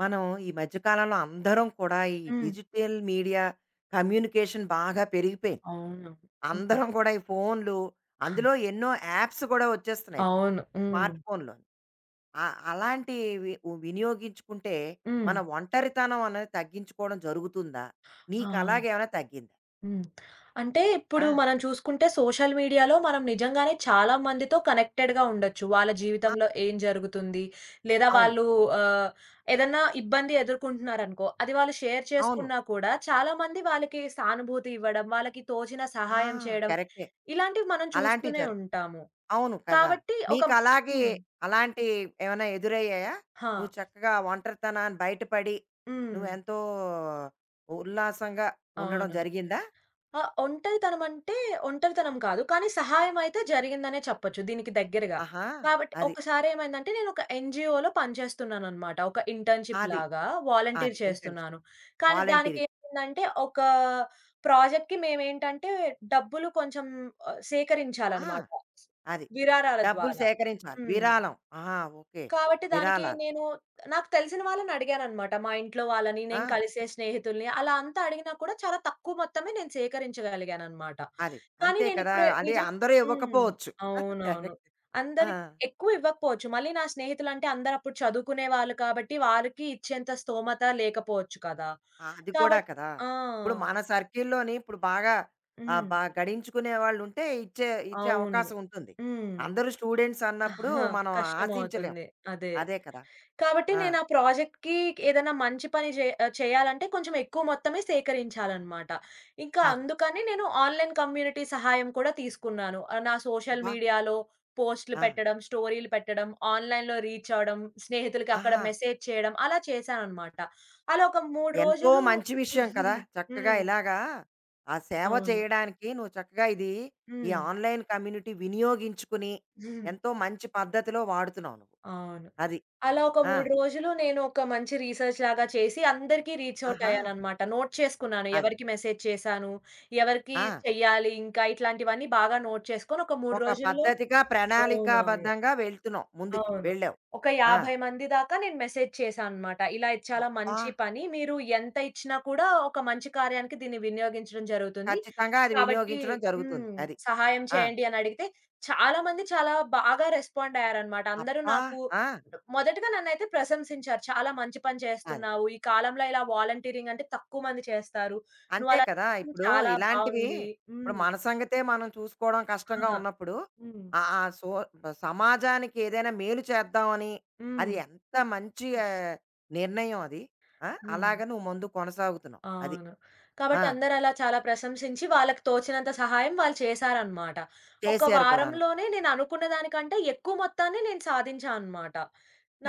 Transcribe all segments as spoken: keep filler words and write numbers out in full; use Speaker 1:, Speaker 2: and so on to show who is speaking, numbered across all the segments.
Speaker 1: మనం ఈ మధ్య కాలంలో అందరం కూడా ఈ
Speaker 2: హ్మ్.
Speaker 1: డిజిటల్ మీడియా కమ్యూనికేషన్ బాగా పెరిగిపోయింది.
Speaker 2: అవును. హ్మ్.
Speaker 1: అందరం కూడా ఈ ఫోన్లు, అందులో ఎన్నో యాప్స్ కూడా వచ్చేస్తున్నాయి ఇప్పుడు.
Speaker 2: అవును. హ్మ్.
Speaker 1: స్మార్ట్ ఫోన్‌లో. ఆ! అలాంటివి వినియోగించుకుంటే
Speaker 2: హ్మ్.
Speaker 1: మన ఒంటరితనం అనేది తగ్గించుకోవడం జరుగుతుందా? నీకు
Speaker 2: ఆ!
Speaker 1: అలాగేమైనా తగ్గిందా?
Speaker 2: హ్మ్. అంటే ఇప్పుడు
Speaker 1: ఆ!
Speaker 2: మనం చూసుకుంటే సోషల్ మీడియాలో మనం నిజంగానే చాలా మందితో కనెక్టెడ్‌గా ఉండొచ్చు. వాళ్ళ
Speaker 1: ఆ!
Speaker 2: జీవితంలో ఏం జరుగుతుంది? లేదా
Speaker 1: అవును.
Speaker 2: వాళ్ళు ఆహ్, ఏదన్నా ఇబ్బంది ఎదుర్కొంటున్నారనుకో, అది వాళ్ళు షేర్
Speaker 1: అవును.
Speaker 2: చేసుకున్నా కూడా చాలా మంది వాళ్ళకి సానుభూతి ఇవ్వడం, వాళ్ళకి తోచిన
Speaker 1: ఆ!
Speaker 2: సహాయం చేయడం,
Speaker 1: కరెక్టే.
Speaker 2: ఇలాంటివి మనం
Speaker 1: అలాంటివి జ
Speaker 2: చూస్తూనే ఉంటాము.
Speaker 1: అవును కదా!
Speaker 2: కాబట్టి ఒక
Speaker 1: నీకలాగే
Speaker 2: హ్మ్.
Speaker 1: అలాంటి ఏమైనా ఎదురయ్యాయా?
Speaker 2: ఆ!
Speaker 1: నువ్వు చక్కగా ఒంటరితనాన్ని బయటపడి,
Speaker 2: హ్మ్.
Speaker 1: నువ్వెంతో ఉల్లాసంగా ఉండడం
Speaker 2: అవును.
Speaker 1: జరిగిందా?
Speaker 2: ఆ! ఒంటరితనం అంటే ఒంటరితనం కాదు. కానీ సహాయమైతే జరిగిందనే చెప్పొచ్చు దీనికి దగ్గరగా.
Speaker 1: ఆహా!
Speaker 2: కాబట్టి
Speaker 1: అది.
Speaker 2: ఒకసారేమైందంటే నేనొక ఎన్‌జీఓలో పనిచేస్తున్నాననమాట. ఒక
Speaker 1: అది.
Speaker 2: ఇంటర్న్‌షిప్‌లాగా వాలంటీర్
Speaker 1: అది. ఇంటెన్షన్.
Speaker 2: చేస్తున్నాను. కానీ
Speaker 1: వాలంటీరింగ్.
Speaker 2: దానికేమైందంటే ఒక ప్రాజెక్ట్‌కి మేమేంటంటే డబ్బులు కొంచెం ఆహ్,
Speaker 1: ఆ!
Speaker 2: సేకరించాలనమాట
Speaker 1: అది.
Speaker 2: విరాళాల
Speaker 1: డబ్బులు
Speaker 2: ద్వారా.
Speaker 1: సేకరించాలి.
Speaker 2: హ్మ్.
Speaker 1: విరాళం. ఆహా! ఓకే.
Speaker 2: కాబట్టి దానికి
Speaker 1: విరాళాలు.
Speaker 2: నేను నాకు తెలిసిన వాళ్ళని అడిగాననమాట. మా ఇంట్లో వాళ్ళని,
Speaker 1: ఆ!
Speaker 2: నేను కలిసే స్నేహితుల్ని అలా అంతా అడిగినా కూడా చాలా తక్కువ మొత్తమే నేను సేకరించగలిగాననమాట.
Speaker 1: అది.
Speaker 2: కానీ
Speaker 1: అంతే కదా!
Speaker 2: నేనిప్పుడు
Speaker 1: అది
Speaker 2: నిజం
Speaker 1: అందరూ
Speaker 2: హ్మ్.
Speaker 1: ఇవ్వకపోవచ్చు.
Speaker 2: అవునవును.
Speaker 1: కరెక్ట్. ఆ!
Speaker 2: అందరి ఎక్కువ ఇవ్వకపోవచ్చు. మళ్ళీ నా స్నేహితులంటే అందరప్పుడు చదువుకునే వాళ్ళు కాబట్టి వారికి ఇచ్చేంత స్తోమత లేకపోవచ్చు కదా!
Speaker 1: ఆ! అది కూడా
Speaker 2: కాబట్
Speaker 1: కదా!
Speaker 2: ఆ!
Speaker 1: ఇప్పుడు మన సర్కిల్‌లోని ఇప్పుడు బాగా ఆహ్,
Speaker 2: హ్మ్.
Speaker 1: బా గడించుకునే వాళ్ళుంటే ఇచ్చే ఇచ్చే
Speaker 2: అవును.
Speaker 1: అవకాశం ఉంటుంది.
Speaker 2: హ్మ్.
Speaker 1: అందరూ స్టూడెంట్స్ అన్నప్పుడు మనం ఆశించలేం.
Speaker 2: కష్టమవుతుంది. అదే.
Speaker 1: అదే కదా!
Speaker 2: కాబట్టి
Speaker 1: ఆ!
Speaker 2: నేను ఆ ప్రాజెక్ట్‌కి ఏదైనా మంచి పని జే ఆహ్, చేయాలంటే కొంచెం ఎక్కువ మొత్తమే సేకరించాలనమాట. ఇంకా
Speaker 1: అది.
Speaker 2: అందుకని నేను ఆన్‌లైన్ కమ్యూనిటీ సహాయం కూడా తీసుకున్నాను. ఆహ్, నా సోషల్
Speaker 1: అబ్బా!
Speaker 2: మీడియాలో పోస్ట్‌లు
Speaker 1: ఆ!
Speaker 2: పెట్టడం, స్టోరీలు పెట్టడం, ఆన్‌లైన్‌లో రీచ్ అవ్వడం, స్నేహితులకి అక్కడ
Speaker 1: ఆహా!
Speaker 2: మెసేజ్ చేయడం అలా చేశాననమాట. అలా ఒక మూడు
Speaker 1: ఎంతో
Speaker 2: రోజులు.
Speaker 1: మంచి విషయం కదా! చక్కగా
Speaker 2: హ్మ్.
Speaker 1: ఇలాగా ఆ సేవ
Speaker 2: అవును.
Speaker 1: చేయడానికి నువ్వు చక్కగా ఇది ఈ
Speaker 2: హ్మ్.
Speaker 1: ఆన్‌లైన్ కమ్యూనిటీ వినియోగించుకుని
Speaker 2: హ్మ్.
Speaker 1: ఎంతో మంచి పద్ధతిలో వాడుతున్నావు నువ్వు.
Speaker 2: అవును.
Speaker 1: అది.
Speaker 2: అలా ఒక
Speaker 1: ఆ!
Speaker 2: మూడు రోజులు నేను ఒక మంచి రీసెర్చ్ లాగా చేసి అందరికీ రీచ్ ఔట్
Speaker 1: ఆహా!
Speaker 2: అయ్యాననమాట. నోట్ చేసుకున్నాను.
Speaker 1: అది.
Speaker 2: ఎవరికి మెసేజ్ చేశాను, ఎవరికి
Speaker 1: ఆ!
Speaker 2: చెయ్యాలి ఇంకా ఇట్లాంటివన్నీ బాగా నోట్ చేసుకొని ఒక మూడు
Speaker 1: ఒక
Speaker 2: రోజుల్లో
Speaker 1: పద్ధతిగా,
Speaker 2: అవునవును.
Speaker 1: ప్రణాళికాబద్ధంగా వెళ్తున్నాం ముందుకి.
Speaker 2: అవును.
Speaker 1: వెళ్ళావు.
Speaker 2: ఒక
Speaker 1: ఆ!
Speaker 2: యాభై మంది దాకా నేను మెసేజ్ చేశానన్నమాట. ఇలా ఇది చాలా
Speaker 1: అబ్బా!
Speaker 2: మంచి పని. మీరు ఎంత ఇచ్చినా కూడా ఒక మంచి కార్యానికి దీన్ని వినియోగించడం జరుగుతుంది.
Speaker 1: ఖచ్చితంగా అది
Speaker 2: కాబట్టి
Speaker 1: వినియోగించడం జరుగుతుంది.
Speaker 2: హ్మ్.
Speaker 1: అది.
Speaker 2: సహాయం
Speaker 1: ఆ!
Speaker 2: చేయండి అని అడిగితే చాలా మంది చాలా బాగా రెస్పాండ్ అయ్యారన్నమాట. అందరూ
Speaker 1: అబ్బా!
Speaker 2: నాకు
Speaker 1: ఆ!
Speaker 2: మొదటగా నన్నైతే ప్రశంసించారు. "చాలా మంచి పని
Speaker 1: అది.
Speaker 2: చేస్తున్నావు. ఈ కాలంలో ఇలా వాలంటీరింగ్ అంటే తక్కువ మంది చేస్తారు.
Speaker 1: అంతే
Speaker 2: నువ్వలా
Speaker 1: కదా! ఇప్పుడు
Speaker 2: చాలా
Speaker 1: ఇలాంటివి
Speaker 2: బావుంది."
Speaker 1: ఇప్పుడు
Speaker 2: హ్మ్.
Speaker 1: మన సంగతే మనం చూసుకోవడం కష్టంగా
Speaker 2: హ్మ్.
Speaker 1: ఉన్నప్పుడు
Speaker 2: హ్మ్.
Speaker 1: ఆహ్, ఆ సో సమాజానికి ఏదైనా మేలు చేద్దామని అది
Speaker 2: హ్మ్.
Speaker 1: ఎంత మంచి ఆహ్, నిర్ణయం అది. ఆ! అలాగ నువ్వు ముందు కొనసాగుతున్నావు. అది.
Speaker 2: అవును.
Speaker 1: ఆ!
Speaker 2: కాబట్టి అందరలా చాలా ప్రశంసించి వాళ్ళకి తోచినంత సహాయం వాళ్ళు చేశారనమాట. ఒక
Speaker 1: చేశారు కూడాను.
Speaker 2: వారంలోనే నేననుకున్న దానికంటే ఎక్కువ మొత్తాన్ని నేను సాధించా అనమాట.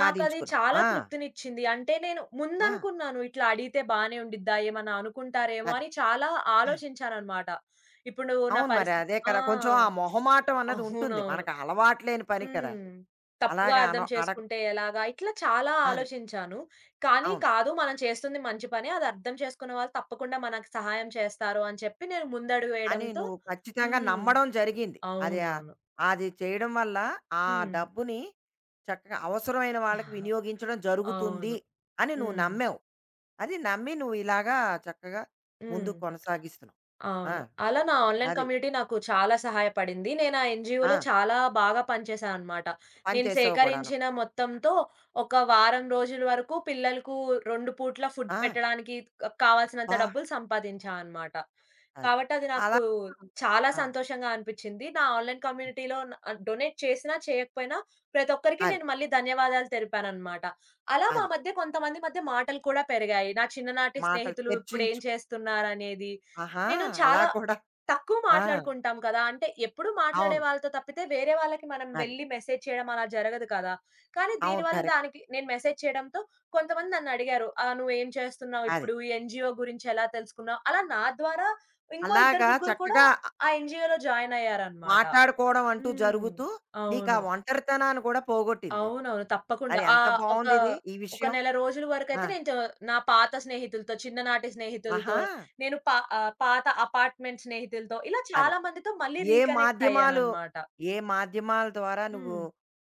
Speaker 2: నాకది చాలా
Speaker 1: ఆ!
Speaker 2: తృప్తినిచ్చింది. అంటే నేను
Speaker 1: ఆ!
Speaker 2: ముందనుకున్నాను ఇట్లా అడిగితే బానే ఉండిద్దా? ఏమన్నా అనుకుంటారేమో
Speaker 1: అది.
Speaker 2: అని చాలా ఆలోచించాననమాట. ఇప్పుడు నా
Speaker 1: అవును. మరి
Speaker 2: పరిస్థితి
Speaker 1: అదే
Speaker 2: ఆ!
Speaker 1: కదా! కొంచెం ఆ మొహమాటం అన్నది ఉంటుంది.
Speaker 2: అవునవును.
Speaker 1: మనకు అలవాటులేని పని కదా అది.
Speaker 2: హ్మ్. తప్పుగా
Speaker 1: అలాగా అన
Speaker 2: అర్థం
Speaker 1: అడగ
Speaker 2: చేసుకుంటే ఎలాగా? ఇట్లా చాలా
Speaker 1: అది.
Speaker 2: ఆలోచించాను. కానీ
Speaker 1: అవును.
Speaker 2: కాదు మనం చేస్తుంది మంచి పనే. అది అర్థం చేసుకున్న వాళ్ళు తప్పకుండా మనకు సహాయం చేస్తారు అని చెప్పి నేను ముందడుగు
Speaker 1: అని
Speaker 2: వేయడంతో
Speaker 1: నువ్వు ఖచ్చితంగా
Speaker 2: హ్మ్.
Speaker 1: నమ్మడం జరిగింది. అది ఆహ్,
Speaker 2: అవునవును.
Speaker 1: అది చేయడం వల్ల ఆ
Speaker 2: హ్మ్.
Speaker 1: డబ్బుని చక్కగా అవసరమైన వాళ్ళకి వినియోగించడం జరుగుతుంది
Speaker 2: అవును.
Speaker 1: అని నువ్వు
Speaker 2: హ్మ్.
Speaker 1: నమ్మావు. అది నమ్మి నువ్వు ఇలాగా చక్కగా
Speaker 2: హ్మ్.
Speaker 1: ముందుకు కొనసాగిస్తున్నావు. ఆ!
Speaker 2: అవును. అలా నా ఆన్‌లైన్
Speaker 1: అది.
Speaker 2: కమ్యూనిటీ నాకు చాలా సహాయపడింది. నేను ఆ ఎన్‌జీఓలో
Speaker 1: ఆ!
Speaker 2: చాలా బాగా పనిచేశాననమాట.
Speaker 1: పని
Speaker 2: నేను
Speaker 1: చేసావు కూడాను.
Speaker 2: సేకరించిన మొత్తంతో ఒక వారం రోజుల వరకు పిల్లలకు రెండు పూట్ల ఫుడ్
Speaker 1: ఆ!
Speaker 2: పెట్టడానికి క కావాల్సినంత
Speaker 1: అబ్బా!
Speaker 2: డబ్బులు సంపాదించా అనమాట.
Speaker 1: అది.
Speaker 2: కాబట్టి అది
Speaker 1: అలా
Speaker 2: నాకు చాలా
Speaker 1: ఆ!
Speaker 2: సంతోషంగా అనిపిచ్చింది. నా ఆన్‌లైన్ కమ్యూనిటీలో న ఆహ్, డొనేట్ చేసినా, చేయకపోయినా ప్రతి ఒక్కరికి
Speaker 1: అది.
Speaker 2: నేను మళ్ళీ ధన్యవాదాలు తెలిపాననమాట. అలా మా
Speaker 1: అది.
Speaker 2: మధ్య కొంతమంది మధ్య మాటలు కూడా పెరిగాయి. నా చిన్ననాటి
Speaker 1: మాటలు
Speaker 2: స్నేహితులు ఇప్పుడేం
Speaker 1: చర్చించు
Speaker 2: చేస్తున్నారనేది,
Speaker 1: ఆహా!
Speaker 2: నేను
Speaker 1: అలా
Speaker 2: చాలా
Speaker 1: కూడా.
Speaker 2: తక్కువ
Speaker 1: ఆ!
Speaker 2: మాట్లాడుకుంటాం కదా! అంటే ఎప్పుడు మాట్లాడే
Speaker 1: అవును.
Speaker 2: వాళ్ళతో తప్పితే వేరే వాళ్ళకి మనం
Speaker 1: అది.
Speaker 2: వెళ్లి మెసేజ్ చేయడం అలా జరగదు కదా! కానీ
Speaker 1: అవును.
Speaker 2: దీనివల్ల
Speaker 1: కరెక్ట్.
Speaker 2: దానికి నేను మెసేజ్ చేయడంతో కొంతమంది నన్నడిగారు. ఆహ్, "నువ్వేం చేస్తున్నావు
Speaker 1: అది.
Speaker 2: ఇప్పుడు? ఈ ఎన్‌జీఓ గురించి ఎలా తెలుసుకున్నావు?" అలా నా ద్వారా ఇంకో ఇద్దరు
Speaker 1: అలాగా
Speaker 2: ముగ్గురు కూడా
Speaker 1: చక్కగా ఆహ్,
Speaker 2: ఆ ఎన్‌జీఓలో జాయిన్ అయ్యారన్నమాట.
Speaker 1: మాట్లాడుకోవడం అంటూ
Speaker 2: హ్మ్.
Speaker 1: జరుగుతూ నీకా
Speaker 2: అవును.
Speaker 1: ఒంటరితనాన్ని కూడా పోగొట్టిందది.
Speaker 2: అవునవును.
Speaker 1: అది
Speaker 2: తప్పకుండా.
Speaker 1: అది ఎంత
Speaker 2: ఆహ్, ఒక,
Speaker 1: బావుందిది ఈ
Speaker 2: ఒక
Speaker 1: విషయం.
Speaker 2: నెల రోజుల
Speaker 1: ఆ!
Speaker 2: వరకైతే నేను చ నా పాత స్నేహితులతో, చిన్ననాటి స్నేహితులతో,
Speaker 1: ఆహా!
Speaker 2: నేను పా ఆహ్, పాత అపార్ట్‌మెంట్ స్నేహితులతో ఇలా
Speaker 1: అదే.
Speaker 2: చాలా మందితో మళ్ళీ
Speaker 1: ఏ
Speaker 2: రీకనెక్ట్
Speaker 1: మాధ్యమాలు
Speaker 2: అయ్యానన్నమాట.
Speaker 1: ఏ మాధ్యమాల ద్వారా నువ్వు
Speaker 2: హ్మ్.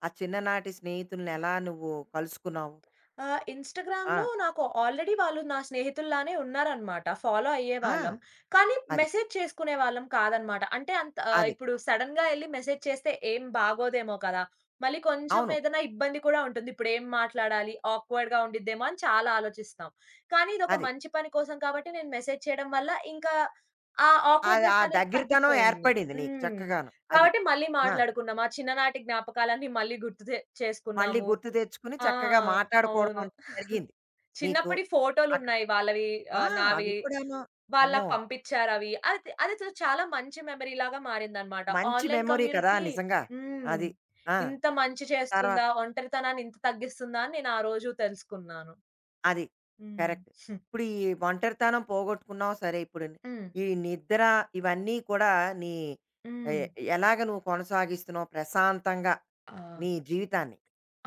Speaker 1: ఆ చిన్ననాటి స్నేహితులనెలా నువ్వు కలుసుకున్నావు?
Speaker 2: ఆహ్,
Speaker 1: ఆ!
Speaker 2: ఇన్‌స్టాగ్రామ్‌లో నాకు ఆల్రెడీ వాళ్ళు నా స్నేహితుల్లానే ఉన్నారనమాట. ఫాలో
Speaker 1: ఆ!
Speaker 2: అయ్యేవాళ్ళం. కానీ
Speaker 1: అది.
Speaker 2: మెసేజ్ చేసుకునేవాళ్ళం కాదనమాట. అంటే అంత ఆహ్,
Speaker 1: అది.
Speaker 2: ఇప్పుడు సడెన్‌గా ఎళ్లి మెసేజ్ చేస్తే ఏం బాగోదేమో కదా! మళ్ళీ కొంచెం
Speaker 1: అవును.
Speaker 2: ఏదైనా ఇబ్బంది కూడా ఉంటుంది. ఇప్పుడేం మాట్లాడాలి? ఆక్వర్డ్‌గా ఉండిద్దేమో అని చాలా ఆలోచిస్తాం. కానీ ఇదొక
Speaker 1: అది.
Speaker 2: మంచి పని కోసం కాబట్టి నేను మెసేజ్ చేయడం వల్ల ఇంకా ఆ
Speaker 1: అది
Speaker 2: ఆక్వర్డ్‌నెస్
Speaker 1: ఆ
Speaker 2: అనేది
Speaker 1: దగ్గరితనం
Speaker 2: తగ్గిపోయింది.
Speaker 1: ఏర్పడింది నీకు
Speaker 2: హ్మ్.
Speaker 1: చక్కగాను. అది.
Speaker 2: కాబట్టి మళ్ళీ
Speaker 1: ఆ!
Speaker 2: మాట్లాడుకున్నాం. ఆ చిన్ననాటి జ్ఞాపకాలన్నీ మళ్ళీ గుర్తు తె
Speaker 1: మళ్ళీ
Speaker 2: చేసుకున్నాము.
Speaker 1: గుర్తు తెచ్చుకుని
Speaker 2: ఆ!
Speaker 1: చక్కగా మాట్లాడుకోవడం
Speaker 2: అవును.
Speaker 1: అంటూ జరిగింది నీకు.
Speaker 2: చిన్నప్పటి
Speaker 1: అక్కడ.
Speaker 2: ఫోటోలున్నాయి వాళ్ళవి,
Speaker 1: ఆ!
Speaker 2: ఆహ్, నావి.
Speaker 1: అవి కూడాను.
Speaker 2: వాళ్ళకి
Speaker 1: అమ్మో!
Speaker 2: పంపించారవి. అది అది చ చాలా మంచి మెమరీలాగా మారిందనమాట.
Speaker 1: మంచి
Speaker 2: ఆన్‌లైన్
Speaker 1: మెమొరీ కదా!
Speaker 2: కమ్యూనిటీ
Speaker 1: నిజంగా.
Speaker 2: హ్మ్.
Speaker 1: అది. ఆ!
Speaker 2: ఇంత మంచి
Speaker 1: తర్వాత
Speaker 2: చేస్తుందా? ఒంటరితనాన్ని ఇంత తగ్గిస్తుందా? అని నేను ఆ రోజు తెలుసుకున్నాను.
Speaker 1: అది.
Speaker 2: హ్మ్.
Speaker 1: కరెక్ట్. ఇప్పుడు ఈ ఒంటరితనం పోగొట్టుకున్నావు సరే, ఇప్పుడు ని-
Speaker 2: హ్మ్.
Speaker 1: ఈ నిద్ర ఇవన్నీ కూడా నీ ఎ
Speaker 2: హ్మ్.
Speaker 1: ఎలాగ నువ్వు కొనసాగిస్తున్నావు ప్రశాంతంగా
Speaker 2: ఆ!
Speaker 1: నీ జీవితాన్ని?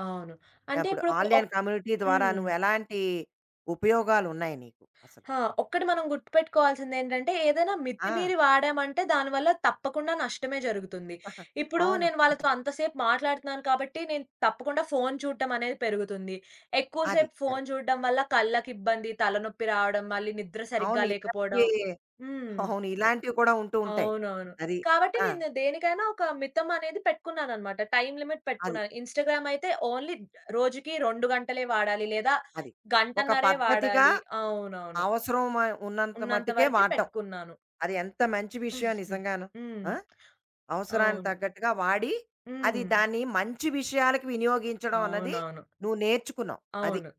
Speaker 2: అవును. అంటే
Speaker 1: అప్పుడు
Speaker 2: ఇప్పుడు
Speaker 1: ఆన్‌లైన్
Speaker 2: ఒక్
Speaker 1: కమ్యూనిటీ ద్వారా
Speaker 2: హ్మ్.
Speaker 1: నువ్వు ఎలాంటి ఉపయోగాలున్నాయి నీకు అసలు?
Speaker 2: ఆ! ఒక్కటి మనం గుర్తుపెట్టుకోవాల్సిందేంటంటే, ఏదైనా
Speaker 1: ఆ!
Speaker 2: మితిమీరి వాడామంటే దానివల్ల తప్పకుండా నష్టమే జరుగుతుంది. ఇప్పుడు
Speaker 1: అవును.
Speaker 2: నేను వాళ్ళతో అంతసేపు మాట్లాడుతున్నాను కాబట్టి, నేను తప్పకుండా ఫోను చూడటం అనేది పెరుగుతుంది. ఎక్కువ
Speaker 1: అది.
Speaker 2: సేపు ఫోను
Speaker 1: కరెక్ట్.
Speaker 2: చూడడం వల్ల కళ్ళకి ఇబ్బంది, తలనొప్పి రావడం, మళ్ళీ నిద్ర సరిగ్గా
Speaker 1: అవును.
Speaker 2: లేకపోవడం.
Speaker 1: ఇలాంటివి
Speaker 2: హ్మ్.
Speaker 1: అవును. ఇలాంటివి కూడా ఉంటూ ఉంటాయి.
Speaker 2: అవునవును.
Speaker 1: అది.
Speaker 2: కాబట్టి
Speaker 1: ఆ!
Speaker 2: నేను దేనికైనా ఒక మితం అనేది పెట్టుకున్నాననమాట. టైమ్ లిమిట్
Speaker 1: అది.
Speaker 2: పెట్టుకున్నాను. ఇన్‌స్టాగ్రామ్ అయితే ఓన్లీ రోజుకి రెండు గంటలే వాడాలి. లేదా
Speaker 1: అది. ఒక
Speaker 2: గంటన్నరే
Speaker 1: పద్ధతిగా
Speaker 2: వాడాలి. అవునవును.
Speaker 1: అవసరం మ ఉన్నంత
Speaker 2: ఉన్నంత
Speaker 1: మట్టుకే
Speaker 2: వరకే
Speaker 1: వాడడం.
Speaker 2: పెట్టుకున్నాను.
Speaker 1: అది ఎంత మంచి విషయం నిజంగాను.
Speaker 2: హ్మ్.
Speaker 1: ఆ! అవసరానికి
Speaker 2: అవును.
Speaker 1: తగ్గట్టుగా వాడి, అది
Speaker 2: హ్మ్.
Speaker 1: దాన్ని మంచి విషయాలకి వినియోగించడం అన్నది
Speaker 2: అవునవును.
Speaker 1: నువ్వు నేర్చుకున్నావు. అది.
Speaker 2: అవును.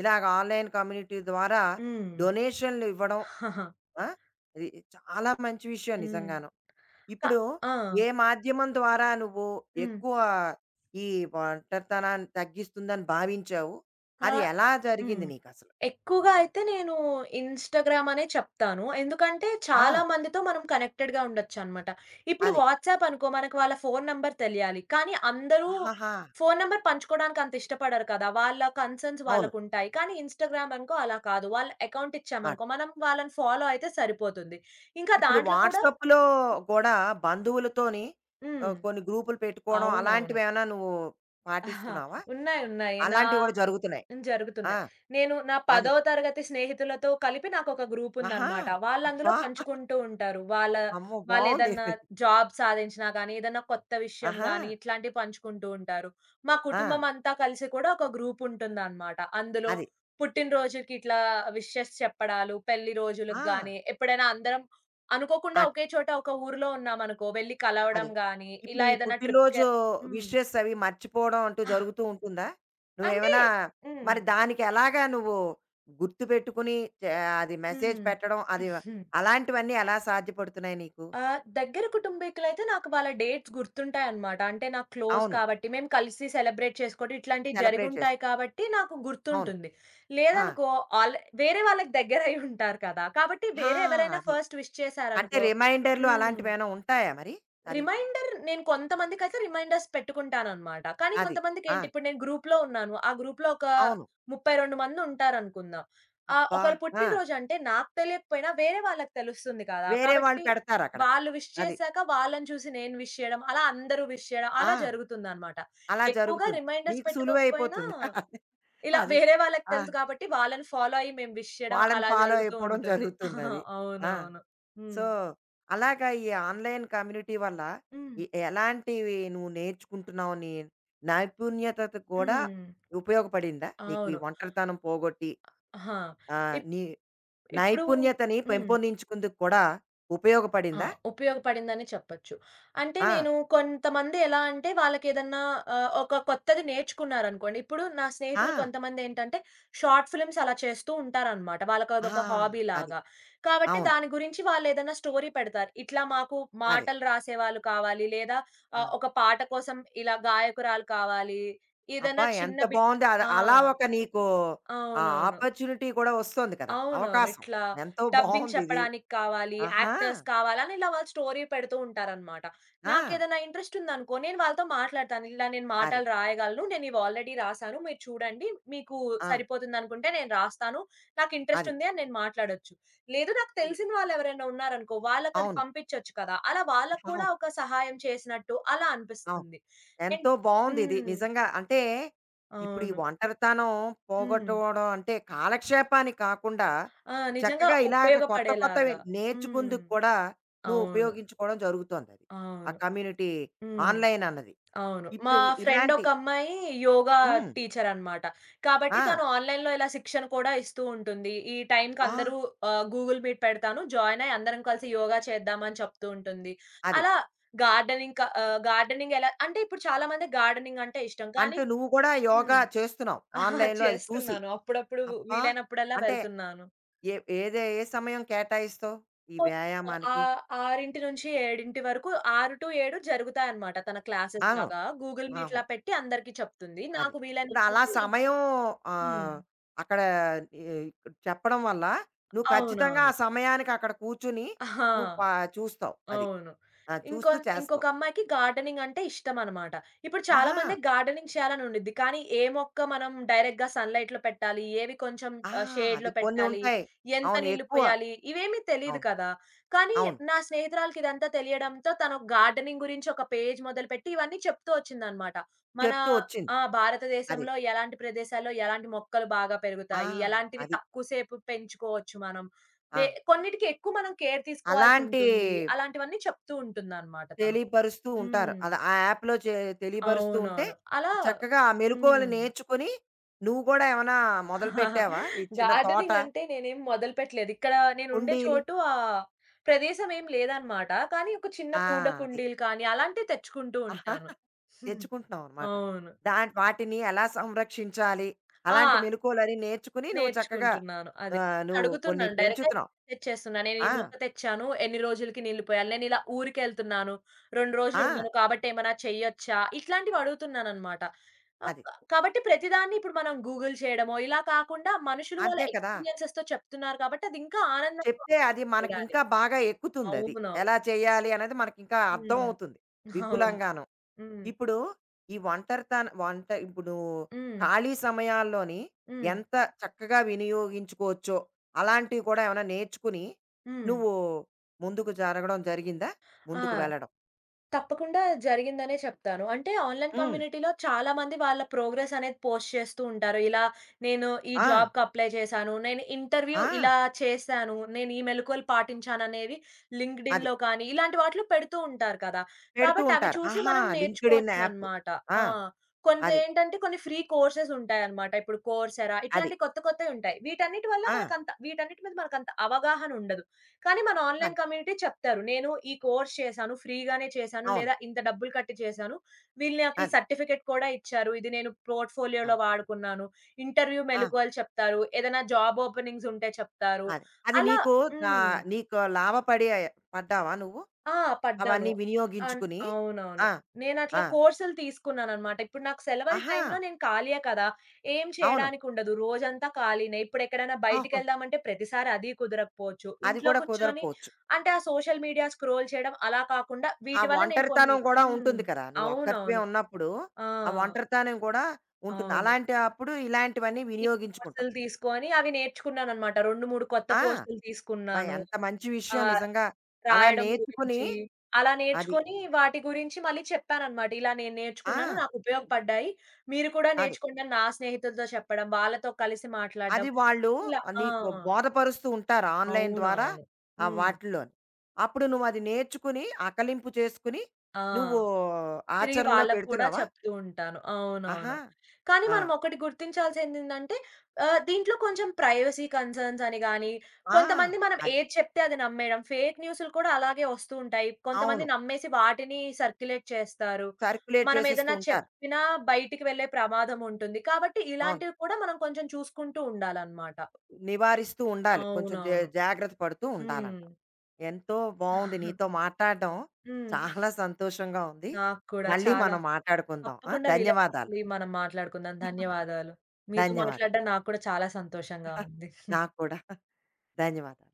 Speaker 1: ఇలాగ ఆన్‌లైన్ కమ్యూనిటీ ద్వారా
Speaker 2: హ్మ్.
Speaker 1: డొనేషన్‌లు ఇవ్వడం. ఆ! ఇది చాలా మంచి విషయం
Speaker 2: హ్మ్.
Speaker 1: నిజంగాను.
Speaker 2: క
Speaker 1: ఇప్పుడు
Speaker 2: ఆ!
Speaker 1: ఏ మాధ్యమం ద్వారా నువ్వు
Speaker 2: హ్మ్.
Speaker 1: ఎక్కువ ఈ ఒంటరితనాన్ని తగ్గిస్తుందని భావించావు?
Speaker 2: ఆ!
Speaker 1: అది ఎలా
Speaker 2: హ్మ్.
Speaker 1: జరిగింది నీకసలు?
Speaker 2: ఎక్కువగా అయితే నేను ఇన్‌స్టాగ్రామ్ అనే చెప్తాను. ఎందుకంటే చాలా
Speaker 1: ఆ!
Speaker 2: మందితో మనం కనెక్టెడ్‌గా ఉండొచ్చనమాట. ఇప్పుడు
Speaker 1: అది.
Speaker 2: వాట్సాప్ అనుకో మనకు వాళ్ళ ఫోను నంబర్ తెలియాలి. కానీ అందరూ
Speaker 1: ఆహాహా!
Speaker 2: ఫోను నంబర్ పంచుకోవడానికి అంత ఇష్టపడరు కదా! వాళ్ళ కన్సర్న్స్
Speaker 1: అవును.
Speaker 2: వాళ్ళకుంటాయి. కానీ ఇన్‌స్టాగ్రామ్ అనుకో అలా కాదు. వాళ్ళ అకౌంట్
Speaker 1: ఆ!
Speaker 2: ఇచ్చామనుకో మనం వాళ్ళని ఫాలో అయితే సరిపోతుంది. ఇంకా
Speaker 1: ఇప్పుడు
Speaker 2: దాంట్లో కూడా
Speaker 1: వాట్సాప్‌లో గూడా బంధువులతోని
Speaker 2: హ్మ్.
Speaker 1: ఆహ్, కొన్ని గ్రూపులు పెట్టుకోవడం
Speaker 2: అవునవును.
Speaker 1: అలాంటివేమైనా నువ్వు పాటిస్తున్నావా?
Speaker 2: ఉన్నాయి ఉన్నాయి. నా
Speaker 1: అలాంటివి గూడా జరుగుతున్నాయి.
Speaker 2: హ్మ్.
Speaker 1: ఆ!
Speaker 2: జరుగుతున్నాయి. నేను నా
Speaker 1: అది.
Speaker 2: పదవ తరగతి స్నేహితులతో కలిపి నాకొక
Speaker 1: ఆహా!
Speaker 2: గ్రూపుందనమాట. వాళ్ళందులో
Speaker 1: అబ్బా!
Speaker 2: పంచుకుంటూ ఉంటారు. వాళ్ళ
Speaker 1: అమ్మో! బావుంది
Speaker 2: వాళ్ళేదన్నా
Speaker 1: ఇది.
Speaker 2: జాబ్ సాధించినా గానీ, ఏదన్నా కొత్త విషయం
Speaker 1: ఆహా!
Speaker 2: గానీ, ఇట్లాంటివి పంచుకుంటూ ఉంటారు. మా
Speaker 1: ఆ!
Speaker 2: కుటుంబమంతా కలిసి కూడా ఒక గ్రూపుంటుందనమాట. అందులో
Speaker 1: అది.
Speaker 2: పుట్టినరోజుకి ఇట్లా విషెస్ చెప్పడాలు, పెళ్లి రోజులకు
Speaker 1: ఆ!
Speaker 2: గానీ, ఎప్పుడైనా అందరం అనుకోకుండా
Speaker 1: అది.
Speaker 2: ఒకే చోట ఒక ఊర్లో ఉన్నామనుకో, వెళ్లి కలవడం
Speaker 1: అది.
Speaker 2: గానీ,
Speaker 1: ఇప్పుడు
Speaker 2: ఇలా
Speaker 1: ఈ
Speaker 2: ఏదన్నా ట్రిప్‌కె
Speaker 1: పుట్టినరోజు
Speaker 2: హ్మ్.
Speaker 1: విషెస్ అవి మర్చిపోవడం అంటూ
Speaker 2: ఆ!
Speaker 1: జరుగుతూ ఉంటుందా?
Speaker 2: అంటే
Speaker 1: నువ్వేమైనా
Speaker 2: హ్మ్.
Speaker 1: మరి దానికి ఎలాగా నువ్వు గుర్తుపెట్టుకుని చే అది మెసేజ్ పెట్టడం అది
Speaker 2: హ్మ్.
Speaker 1: అలాంటివన్నీ ఎలా సాధ్యపడుతున్నాయి నీకు?
Speaker 2: ఆహ్, దగ్గర కుటుంబీకులైతే నాకు వాళ్ళ డేట్స్ గుర్తుంటాయన్నమాట. అంటే నాకు క్లోజ్
Speaker 1: అవును.
Speaker 2: కాబట్టి మేము కలిసి సెలబ్రేట్ చేసుకోవడం ఇట్లాంటివి
Speaker 1: సెలబ్రేట్ చేసు
Speaker 2: జరిగుంటాయి కాబట్టి నాకు
Speaker 1: అవును.
Speaker 2: గుర్తుంటుంది.
Speaker 1: ఆ!
Speaker 2: లేదనుకో ఆల్ వేరే వాళ్ళకి దగ్గరయ్యుంటారు కదా! కాబట్టి
Speaker 1: ఆ!
Speaker 2: వేరే ఎవరైనా
Speaker 1: అది.
Speaker 2: ఫస్ట్ విష్
Speaker 1: అంటే
Speaker 2: చేశారనుకో.
Speaker 1: రిమైండర్‌లు
Speaker 2: హ్మ్.
Speaker 1: అలాంటివేమైనా ఉంటాయా మరి? అది.
Speaker 2: రిమైండర్ నేను కొంతమందికైతే రిమైండర్స్ పెట్టుకుంటాననమాట. కానీ
Speaker 1: అది. ఆ!
Speaker 2: కొంతమందికేంటి ఇప్పుడు నేను గ్రూప్‌లో ఉన్నాను. ఆ గ్రూప్‌లో ఒక
Speaker 1: అవును.
Speaker 2: ముప్పై రెండు మంది ఉంటారనుకుందాం. ఆహ్,
Speaker 1: అబ్బా!
Speaker 2: ఒకళ్ళ
Speaker 1: ఆ!
Speaker 2: పుట్టినరోజంటే నాకు తెలియకపోయినా వేరే వాళ్ళకి తెలుస్తుంది కదా!
Speaker 1: వేరే వాళ్ళు
Speaker 2: కాబట్టి
Speaker 1: పెడతారక్కడ.
Speaker 2: వాళ్ళు విష్
Speaker 1: అది.
Speaker 2: చేశాక వాళ్ళని చూసి నేను విష్ చేయడం, అలా అందరూ విష్ చేయడం అలా
Speaker 1: ఆ!
Speaker 2: జరుగుతుందనమాట.
Speaker 1: అలా
Speaker 2: ఎక్కువగా
Speaker 1: జరుగుతుంది.
Speaker 2: రిమైండర్స్
Speaker 1: నీకు
Speaker 2: పెట్టుకోకపోయినా
Speaker 1: సులువైపోతుంది.
Speaker 2: ఇలా
Speaker 1: అది.
Speaker 2: వేరే వాళ్ళకి
Speaker 1: ఆ!
Speaker 2: తెలుసు కాబట్టి వాళ్ళని ఫాలో అయ్యి మేము విష్ చేయడం
Speaker 1: వాళ్ళని
Speaker 2: అలా
Speaker 1: ఫాలో
Speaker 2: జరుగుతూ
Speaker 1: అయిపోవడం
Speaker 2: ఉంటుంది.
Speaker 1: జరుగుతుందది. ఆ!
Speaker 2: అవునవును. హ్మ్.
Speaker 1: సో, అలాగా ఈ ఆన్‌లైన్ కమ్యూనిటీ వల్ల
Speaker 2: హ్మ్.
Speaker 1: ఎ ఎలాంటివి నువ్వు నేర్చుకుంటున్నావు? నీ నైపుణ్యతకు కూడా
Speaker 2: హ్మ్.
Speaker 1: ఉపయోగపడిందా? నీకు ఈ
Speaker 2: అవును.
Speaker 1: ఒంటరితనం పోగొట్టి
Speaker 2: ఆహా!
Speaker 1: ఆహ్,
Speaker 2: ఇప్
Speaker 1: నీ
Speaker 2: ఇప్పుడు
Speaker 1: నైపుణ్యతని
Speaker 2: హ్మ్.
Speaker 1: పెంపొందించుకుందుకు కూడా
Speaker 2: ఆ!
Speaker 1: ఉపయోగపడిందా?
Speaker 2: ఉపయోగపడిందనే చెప్పొచ్చు. అంటే
Speaker 1: ఆ!
Speaker 2: నేను కొంతమంది ఎలా అంటే వాళ్ళకేదన్నా ఆహ్, ఒక కొత్తది నేర్చుకున్నారనుకోండి. ఇప్పుడు నా
Speaker 1: ఆ!
Speaker 2: స్నేహితులు కొంతమందేంటంటే షార్ట్ ఫిల్మ్స్ అలా చేస్తూ ఉంటారనమాట.
Speaker 1: ఆ!
Speaker 2: వాళ్ళకదొక హాబీ
Speaker 1: అది.
Speaker 2: లాగా. కాబట్టి
Speaker 1: అవును.
Speaker 2: దాని గురించి వాళ్ళేదన్నా స్టోరీ పెడతారు. ఇట్లా మాకు
Speaker 1: అదే.
Speaker 2: మాటలు రాసేవాళ్ళు కావాలి, లేదా
Speaker 1: ఆ!
Speaker 2: ఆహ్, ఒక పాట కోసం ఇలా గాయకురాలు కావాలి,
Speaker 1: అబ్బా!
Speaker 2: ఏదన్నా చిన్న
Speaker 1: ఎంత
Speaker 2: బిట్.
Speaker 1: బావుంది. అది
Speaker 2: ఆ!
Speaker 1: అలా ఒక నీకు ఆహ్,
Speaker 2: అవునవును.
Speaker 1: ఆపర్చునిటీ కూడా వస్తోంది కదా!
Speaker 2: అవునవును.
Speaker 1: అవకాశం.
Speaker 2: ఇట్లా
Speaker 1: ఎంతో
Speaker 2: డబ్బింగ్
Speaker 1: బావుందిది.
Speaker 2: చెప్పడానికి కావాలి,
Speaker 1: ఆహా!
Speaker 2: యాక్టర్స్ కావాలని ఇలా వాళ్ళు స్టోరీ పెడుతూ ఉంటారనమాట.
Speaker 1: ఆ!
Speaker 2: నాకేదైనా ఇంట్రెస్ట్ ఉందనుకో, నేను వాళ్ళతో మాట్లాడతాను. ఇలా నేను
Speaker 1: అది.
Speaker 2: మాటలు రాయగలను. నేను ఇవి ఆల్రెడీ రాసాను. మీరు చూడండి. మీకు
Speaker 1: ఆ!
Speaker 2: సరిపోతుందనుకుంటే నేను రాస్తాను. నాకు ఇంట్రెస్ట్
Speaker 1: అది.
Speaker 2: ఉంది అని నేను మాట్లాడొచ్చు. లేదు నాకు
Speaker 1: ఇది-
Speaker 2: తెలిసిన వాళ్ళు ఎవరైనా ఉన్నారనుకో, వాళ్ళకది
Speaker 1: అవును.
Speaker 2: పంపించొచ్చు కదా! అలా వాళ్ళకి కూడా
Speaker 1: అవును.
Speaker 2: ఒక సహాయం చేసినట్టు అలా
Speaker 1: అవును.
Speaker 2: అనిపిస్తుంది. అండ్
Speaker 1: ఎంతో బావుందిది.
Speaker 2: హ్మ్.
Speaker 1: నిజంగా అంటే, ఇప్పుడు ఈ
Speaker 2: అవును.
Speaker 1: ఒంటరితనం
Speaker 2: హ్మ్.
Speaker 1: పోగొట్టుకోవడం అంటే, కాలక్షేపానికి కాకుండా
Speaker 2: ఆ! నిజంగా
Speaker 1: చక్కగా ఇలాగ కొత్త కొత్తవి
Speaker 2: ఉపయోగపడేలాగా. హ్మ్.
Speaker 1: నేర్చుకుందుకు కూడా నువ్వు
Speaker 2: అవును.
Speaker 1: ఉపయోగించుకోవడం జరుగుతోందది. ఆ
Speaker 2: అవును.
Speaker 1: కమ్యూనిటీ
Speaker 2: హ్మ్.
Speaker 1: ఆన్‌లైన్ అన్నది.
Speaker 2: అవును. మా
Speaker 1: ఇప్పుడు
Speaker 2: ఫ్రెండ్
Speaker 1: ఇలాంటి
Speaker 2: ఒక అమ్మాయి యోగా
Speaker 1: హ్మ్.
Speaker 2: టీచర్ అన్నమాట. కాబట్టి
Speaker 1: ఆ!
Speaker 2: తను ఆన్‌లైన్‌లో ఇలా శిక్షణ కూడా ఇస్తూ ఉంటుంది. ఈ టైంకి
Speaker 1: అబ్బా!
Speaker 2: అందరూ ఆహ్, గూగుల్ మీట్ పెడతాను. జాయిన్ అయ్యి అందరం కలిసి యోగా చేద్దాం అని చెప్తూ ఉంటుంది.
Speaker 1: అది.
Speaker 2: అలా గార్డెనింగ్ క ఆహ్, గార్డెనింగ్ ఎలా అంటే ఇప్పుడు చాలా మందికి గార్డెనింగ్ అంటే ఇష్టం. కానీ
Speaker 1: అంటే నువ్వు కూడా
Speaker 2: హ్మ్.
Speaker 1: యోగా చేస్తున్నావు. ఆన్‌లైన్‌లో అది చూసి.
Speaker 2: చేస్తున్నాను. అప్పుడప్పుడు
Speaker 1: అబ్బా!
Speaker 2: వీలైనప్పుడల్లా
Speaker 1: అంటే
Speaker 2: వెళ్తున్నాను.
Speaker 1: ఏ ఏదే ఏ సమయం కేటాయిస్తావు ఈ
Speaker 2: కొంచెం ఆ
Speaker 1: వ్యాయామానికి?
Speaker 2: ఆరు-ఏడు వరకు ఆరు ఏడు జరుగుతాయన్నమాట తన క్లాసెస్
Speaker 1: అవును.
Speaker 2: లాగా. గూగుల్ మీట్‌లా
Speaker 1: అవును.
Speaker 2: పెట్టి అందరికీ చెప్తుంది.
Speaker 1: అది.
Speaker 2: నాకు
Speaker 1: ఇప్పుడు అలా
Speaker 2: వీలైనప్పుడల్లా నేను
Speaker 1: సమయం
Speaker 2: హ్మ్.
Speaker 1: ఆహ్, అక్కడ ఎ చెప్పడం వల్ల నువ్వు ఖచ్చితంగా
Speaker 2: అవునవును.
Speaker 1: ఆ సమయానికి అక్కడ కూర్చొని
Speaker 2: ఆ!
Speaker 1: నువ్వు ప చూస్తావు అది.
Speaker 2: అవును.
Speaker 1: ఆ! చూస్తూ
Speaker 2: ఇంకొన్ ఇంకొక
Speaker 1: చేస్తావు.
Speaker 2: అమ్మాయికి గార్డెనింగ్ అంటే ఇష్టమనమాట. ఇప్పుడు చాలా
Speaker 1: ఆహా!
Speaker 2: మందికి గార్డెనింగ్ చేయాలని ఉండిద్ది. కానీ ఏ మొక్క మనం డైరెక్ట్‌గా సన్‌లైట్‌లో పెట్టాలి, ఏవి కొంచెం
Speaker 1: ఆ!
Speaker 2: ఆహ్, షేడ్‌లో
Speaker 1: అది కొన్ని
Speaker 2: పెట్టాలి,
Speaker 1: ఉంటాయి.
Speaker 2: ఎంత
Speaker 1: అవును.
Speaker 2: నీళ్లు
Speaker 1: ఎక్కువ.
Speaker 2: పోయాలి, ఇవేమీ తెలీదు
Speaker 1: అవును.
Speaker 2: కదా! కానీ
Speaker 1: అవును.
Speaker 2: నా స్నేహితురాలికి ఇదంతా తెలియడంతో తను గార్డెనింగ్ గురించి ఒక పేజ్ మొదలుపెట్టి ఇవన్నీ చెప్తూ వచ్చిందనమాట. మన
Speaker 1: చెప్తూ వచ్చింది.
Speaker 2: ఆ!
Speaker 1: అది.
Speaker 2: భారతదేశంలో ఎలాంటి ప్రదేశాల్లో ఎలాంటి మొక్కలు బాగా
Speaker 1: ఆ!
Speaker 2: పెరుగుతాయి, ఎలాంటివి
Speaker 1: అది.
Speaker 2: తక్కువ సేపు పెంచుకోవచ్చు మనం,
Speaker 1: ఆ!
Speaker 2: దే కొన్నిటికి ఎక్కువ మనం కేర్
Speaker 1: అలాంటి
Speaker 2: తీసుకోవాల్సుంటుంది. అలాంటివన్నీ చెప్తూ ఉంటుందనమాట తను.
Speaker 1: తెలియపరుస్తూ ఉంటారు.
Speaker 2: హ్మ్.
Speaker 1: అలా ఆ యాప్‌లో చే తెలియపరుస్తూ ఉంటే,
Speaker 2: అవునవును. అలా
Speaker 1: చక్కగా ఆ మెలుకువలు
Speaker 2: హ్మ్.
Speaker 1: నేర్చుకొని, నువ్వు గూడా ఏమన్నా మొదలుపెట్టావా? ఈ చిన్న తోట,
Speaker 2: గార్డెనింగ్ అంటే నేనేం మొదలుపెట్టలేదు. ఇక్కడ నేనుండే
Speaker 1: కుండీలు
Speaker 2: చోటు ఆహ్, ప్రదేశం ఏం లేదనమాట. కానీ ఒక చిన్న
Speaker 1: ఆ!
Speaker 2: పూల
Speaker 1: అది.
Speaker 2: కుండీలు కానీ అలాంటివి తెచ్చుకుంటూ ఉంటాను.
Speaker 1: తెచ్చుకుంటున్నావనమాట.
Speaker 2: అవును.
Speaker 1: దాన్ వాటిని ఎలా సంరక్షించాలి? అలాంటి
Speaker 2: ఆ!
Speaker 1: మెలుకువలన్నీ నేర్చుకుని, నువ్వు చక్కగా
Speaker 2: నేర్చుకుంటున్నాను. అదే.
Speaker 1: ఆహ్, నువ్వు కొన్ని
Speaker 2: అడుగుతున్నాను. డైరెక్ట్‌గా
Speaker 1: పెంచుతున్నావు.
Speaker 2: తెచ్చేస్తున్నా. నేను ఈ
Speaker 1: ఆ!
Speaker 2: మొక్క తెచ్చాను. ఎన్ని రోజులకి నీళ్లు పోయాలి? నేను ఇలా ఊరికెళ్తున్నాను. రెండు రోజులు
Speaker 1: ఆ!
Speaker 2: ఉన్నాను కాబట్టి ఏమైనా చెయ్యొచ్చా? ఇట్లాంటివి అడుగుతున్నాననమాట. ఆహ్,
Speaker 1: అది.
Speaker 2: క కాబట్టి ప్రతిదాన్ని ఇప్పుడు మనం గూగుల్ చేయడమో ఇలా కాకుండా మనుషులు వాళ్ళ
Speaker 1: అంతే కదా!
Speaker 2: ఎక్స్‌పీరియన్సెస్‌తో చెప్తున్నారు కాబట్టి అది ఇంకా ఆనందంగా
Speaker 1: చెప్తే
Speaker 2: ఉంటుంది
Speaker 1: అది
Speaker 2: చేయాలి.
Speaker 1: మనకింకా బాగా ఎక్కుతుందది.
Speaker 2: అవునవును.
Speaker 1: ఎలా చేయాలి అనేది మనకింకా
Speaker 2: హ్మ్.
Speaker 1: అర్థమవుతుంది
Speaker 2: అవును.
Speaker 1: విపులంగాను.
Speaker 2: హ్మ్.
Speaker 1: ఇప్పుడు ఈ ఒంటరితన వంట ఇప్పుడు నువ్వు
Speaker 2: హ్మ్.
Speaker 1: ఖాళీ సమయాల్లోని
Speaker 2: హ్మ్.
Speaker 1: ఎంత చక్కగా వినియోగించుకోవచ్చో అలాంటివి కూడా ఏమైనా నేర్చుకుని
Speaker 2: హ్మ్.
Speaker 1: నువ్వు ముందుకు జరగడం జరిగిందా? ముందుకు
Speaker 2: ఆ!
Speaker 1: వెళ్ళడం.
Speaker 2: తప్పకుండా జరిగిందనే చెప్తాను. అంటే ఆన్‌లైన్
Speaker 1: హ్మ్.
Speaker 2: కమ్యూనిటీలో చాలామంది వాళ్ళ ప్రోగ్రెస్ అనేది పోస్ట్ చేస్తూ ఉంటారు. ఇలా నేను ఈ
Speaker 1: ఆ!
Speaker 2: జాబ్‌కి అప్లై చేశాను. నేను ఇంటర్వ్యూ
Speaker 1: ఆ!
Speaker 2: ఇలా చేశాను. నేను ఈ మెళకువలు పాటించాననేవి
Speaker 1: అది.
Speaker 2: లింక్డ్‌ఇన్‌లో కానీ ఇలాంటి వాటిలో పెడుతూ ఉంటారు కదా!
Speaker 1: పెడుతూ
Speaker 2: కాబట్టి అవి
Speaker 1: ఉంటారు.
Speaker 2: చూసి
Speaker 1: ఆహా!
Speaker 2: మనం
Speaker 1: లింక్డ్ ఇన్ యాప్.
Speaker 2: నేర్చుకోవచ్చనమాట.
Speaker 1: ఆ!
Speaker 2: ఆ!
Speaker 1: అది.
Speaker 2: కొంతేంటంటే కొన్ని ఫ్రీ కోర్సెస్ ఉంటాయన్నమాట. ఇప్పుడు కోర్సెరా
Speaker 1: అది.
Speaker 2: ఇట్లాంటి కొత్త కొత్తవి ఉంటాయి. వీటన్నిటి వల్ల
Speaker 1: ఆ!
Speaker 2: మనకంత వీటన్నిటి మీద మనకంత అవగాహన ఉండదు. కానీ మన ఆన్‌లైన్
Speaker 1: అది.
Speaker 2: కమ్యూనిటీ చెప్తారు. నేను ఈ కోర్స్ చేశాను. ఫ్రీగానే చేశాను.
Speaker 1: అవును.
Speaker 2: లేదా ఇంత డబ్బులు కట్టి చేశాను. వీళ్ళు నాకు ఈ
Speaker 1: అది.
Speaker 2: సర్టిఫికేట్ కూడా ఇచ్చారు. ఇది నేను పోర్ట్‌ఫోలియోలో
Speaker 1: అది.
Speaker 2: వాడుకున్నాను. ఇంటర్వ్యూ
Speaker 1: ఆ!
Speaker 2: మెళకువలు చెప్తారు. ఏదైనా జాబ్ ఓపెనింగ్స్ ఉంటే చెప్తారు.
Speaker 1: అది. అది
Speaker 2: అలా
Speaker 1: నీకు
Speaker 2: హ్మ్.
Speaker 1: ఆహ్, నీకు లాభపడి పడ్డావా నువ్వు?
Speaker 2: ఆ! పడ్డాను.
Speaker 1: అవన్నీ
Speaker 2: అన్
Speaker 1: వినియోగించుకుని?
Speaker 2: అవునవును.
Speaker 1: ఆ!
Speaker 2: నేనట్లా
Speaker 1: ఆ!
Speaker 2: కోర్సులు తీసుకున్నాననమాట. ఇప్పుడు నాకు సెలవుల
Speaker 1: ఆహా!
Speaker 2: టైంలో నేను ఖాళీయే కదా! ఏం
Speaker 1: అవును.
Speaker 2: చేయడానికుండదు. రోజంతా ఖాళీనే. ఇప్పుడెక్కడైనా
Speaker 1: అవును.
Speaker 2: బయటికెళ్దామంటే ప్రతిసారి అది కుదరకపోవచ్చు.
Speaker 1: అది
Speaker 2: ఇంట్లో
Speaker 1: కూడా
Speaker 2: కూర్చొని
Speaker 1: కుదరపోవచ్చు.
Speaker 2: అంటే ఆ సోషల్ మీడియా స్క్రోల్ చేయడం అలా కాకుండా
Speaker 1: ఆ
Speaker 2: వీటి వల్ల నేను కొన్ని
Speaker 1: ఒంటరితనం గూడా
Speaker 2: హ్మ్.
Speaker 1: ఉంటుంది కదా! నువ్వు ఒక్కరివే
Speaker 2: అవునవును.
Speaker 1: ఉన్నప్పుడు,
Speaker 2: ఆ!
Speaker 1: ఆ ఒంటరితనం కూడా ఉంటుంది.
Speaker 2: అవును.
Speaker 1: అలాంటి అప్పుడు ఇలాంటివన్నీ
Speaker 2: ఈ
Speaker 1: వినియోగించుకుంటాం.
Speaker 2: కోర్సులు తీసుకొని అవి నేర్చుకున్నాననమాట. రెండు, మూడు కొత్త
Speaker 1: ఆ!
Speaker 2: కోర్సులు
Speaker 1: అబ్బా!
Speaker 2: తీసుకున్నాను.
Speaker 1: ఎంత మంచి
Speaker 2: ఆ!
Speaker 1: విషయం నిజంగా. అలా
Speaker 2: రాయడం
Speaker 1: నేర్చుకుని
Speaker 2: గురించి. అలా
Speaker 1: అది.
Speaker 2: నేర్చుకొని వాటి గురించి మళ్ళీ చెప్పాననమాట. ఇలా నేను
Speaker 1: ఆ!
Speaker 2: నేర్చుకున్నాను. నాకు ఉపయోగపడ్డాయి. మీరు కూడా
Speaker 1: అది.
Speaker 2: నేర్చుకోండి అని నా స్నేహితులతో చెప్పడం. వాళ్ళతో కలిసి మాట్లాడడం.
Speaker 1: అది వాళ్ళు
Speaker 2: ఇలా ఆ!
Speaker 1: నీకు బోధపరుస్తూ ఉంటారు ఆన్‌లైన్ ద్వారా
Speaker 2: అవునవును.
Speaker 1: ఆ
Speaker 2: హ్మ్.
Speaker 1: వాటిల్లోని. అప్పుడు నువ్వు అది నేర్చుకుని, ఆకలింపు చేసుకుని
Speaker 2: ఆ!
Speaker 1: నువ్వు
Speaker 2: తిరిగి
Speaker 1: ఆచరణలో
Speaker 2: వాళ్ళకి కూడా
Speaker 1: పెడుతున్నావా?
Speaker 2: చెప్తూ ఉంటాను.
Speaker 1: ఆహా!
Speaker 2: అవునవును. కానీ
Speaker 1: ఆ!
Speaker 2: మనం ఒకటి గుర్తించాల్సిందేందంటే ఆహ్, దీంట్లో కొంచెం ప్రైవసీ కన్సర్న్స్ అని గాని,
Speaker 1: ఆ!
Speaker 2: కొంతమంది మనం
Speaker 1: అది.
Speaker 2: ఏది చెప్తే అది నమ్మేయడం. ఫేక్ న్యూస్‌లు కూడా అలాగే వస్తూ ఉంటాయి.
Speaker 1: అవును.
Speaker 2: కొంతమంది నమ్మేసి వాటిని సర్క్యులేట్ చేస్తారు.
Speaker 1: సర్క్యులేట్
Speaker 2: మనం
Speaker 1: చేసేస్తూ
Speaker 2: ఏదైనా
Speaker 1: ఉంటారు.
Speaker 2: చెప్పినా బయటికి వెళ్ళే ప్రమాదం ఉంటుంది. కాబట్టి
Speaker 1: అవును.
Speaker 2: ఇలాంటివి కూడా మనం కొంచెం చూసుకుంటూ ఉండాలన్నమాట.
Speaker 1: నివారిస్తూ ఉండాలి. కొంచెం జా
Speaker 2: అవునవును.
Speaker 1: జాగ్రత్త పడుతూ
Speaker 2: హ్మ్.
Speaker 1: ఉండాలంటావు. ఎంతో బావుంది
Speaker 2: హ్మ్.
Speaker 1: నీతో మాట్లాడడం. చాలా సంతోషంగా ఉంది.
Speaker 2: నాకు కూడా
Speaker 1: మళ్ళీ
Speaker 2: చాలా.
Speaker 1: మనం మాట్లాడుకుందాం. ఆ!
Speaker 2: తప్పకుండా వీలై
Speaker 1: ధన్యవాదాలు.
Speaker 2: మనం మాట్లాడుకుందాం. ధన్యవాదాలు. మీతో
Speaker 1: ధన్యవాదాలు.
Speaker 2: మాట్లాడడం నాకు కూడా చాలా సంతోషంగా ఉంది.
Speaker 1: నాకు కూడా. ధన్యవాదాలు.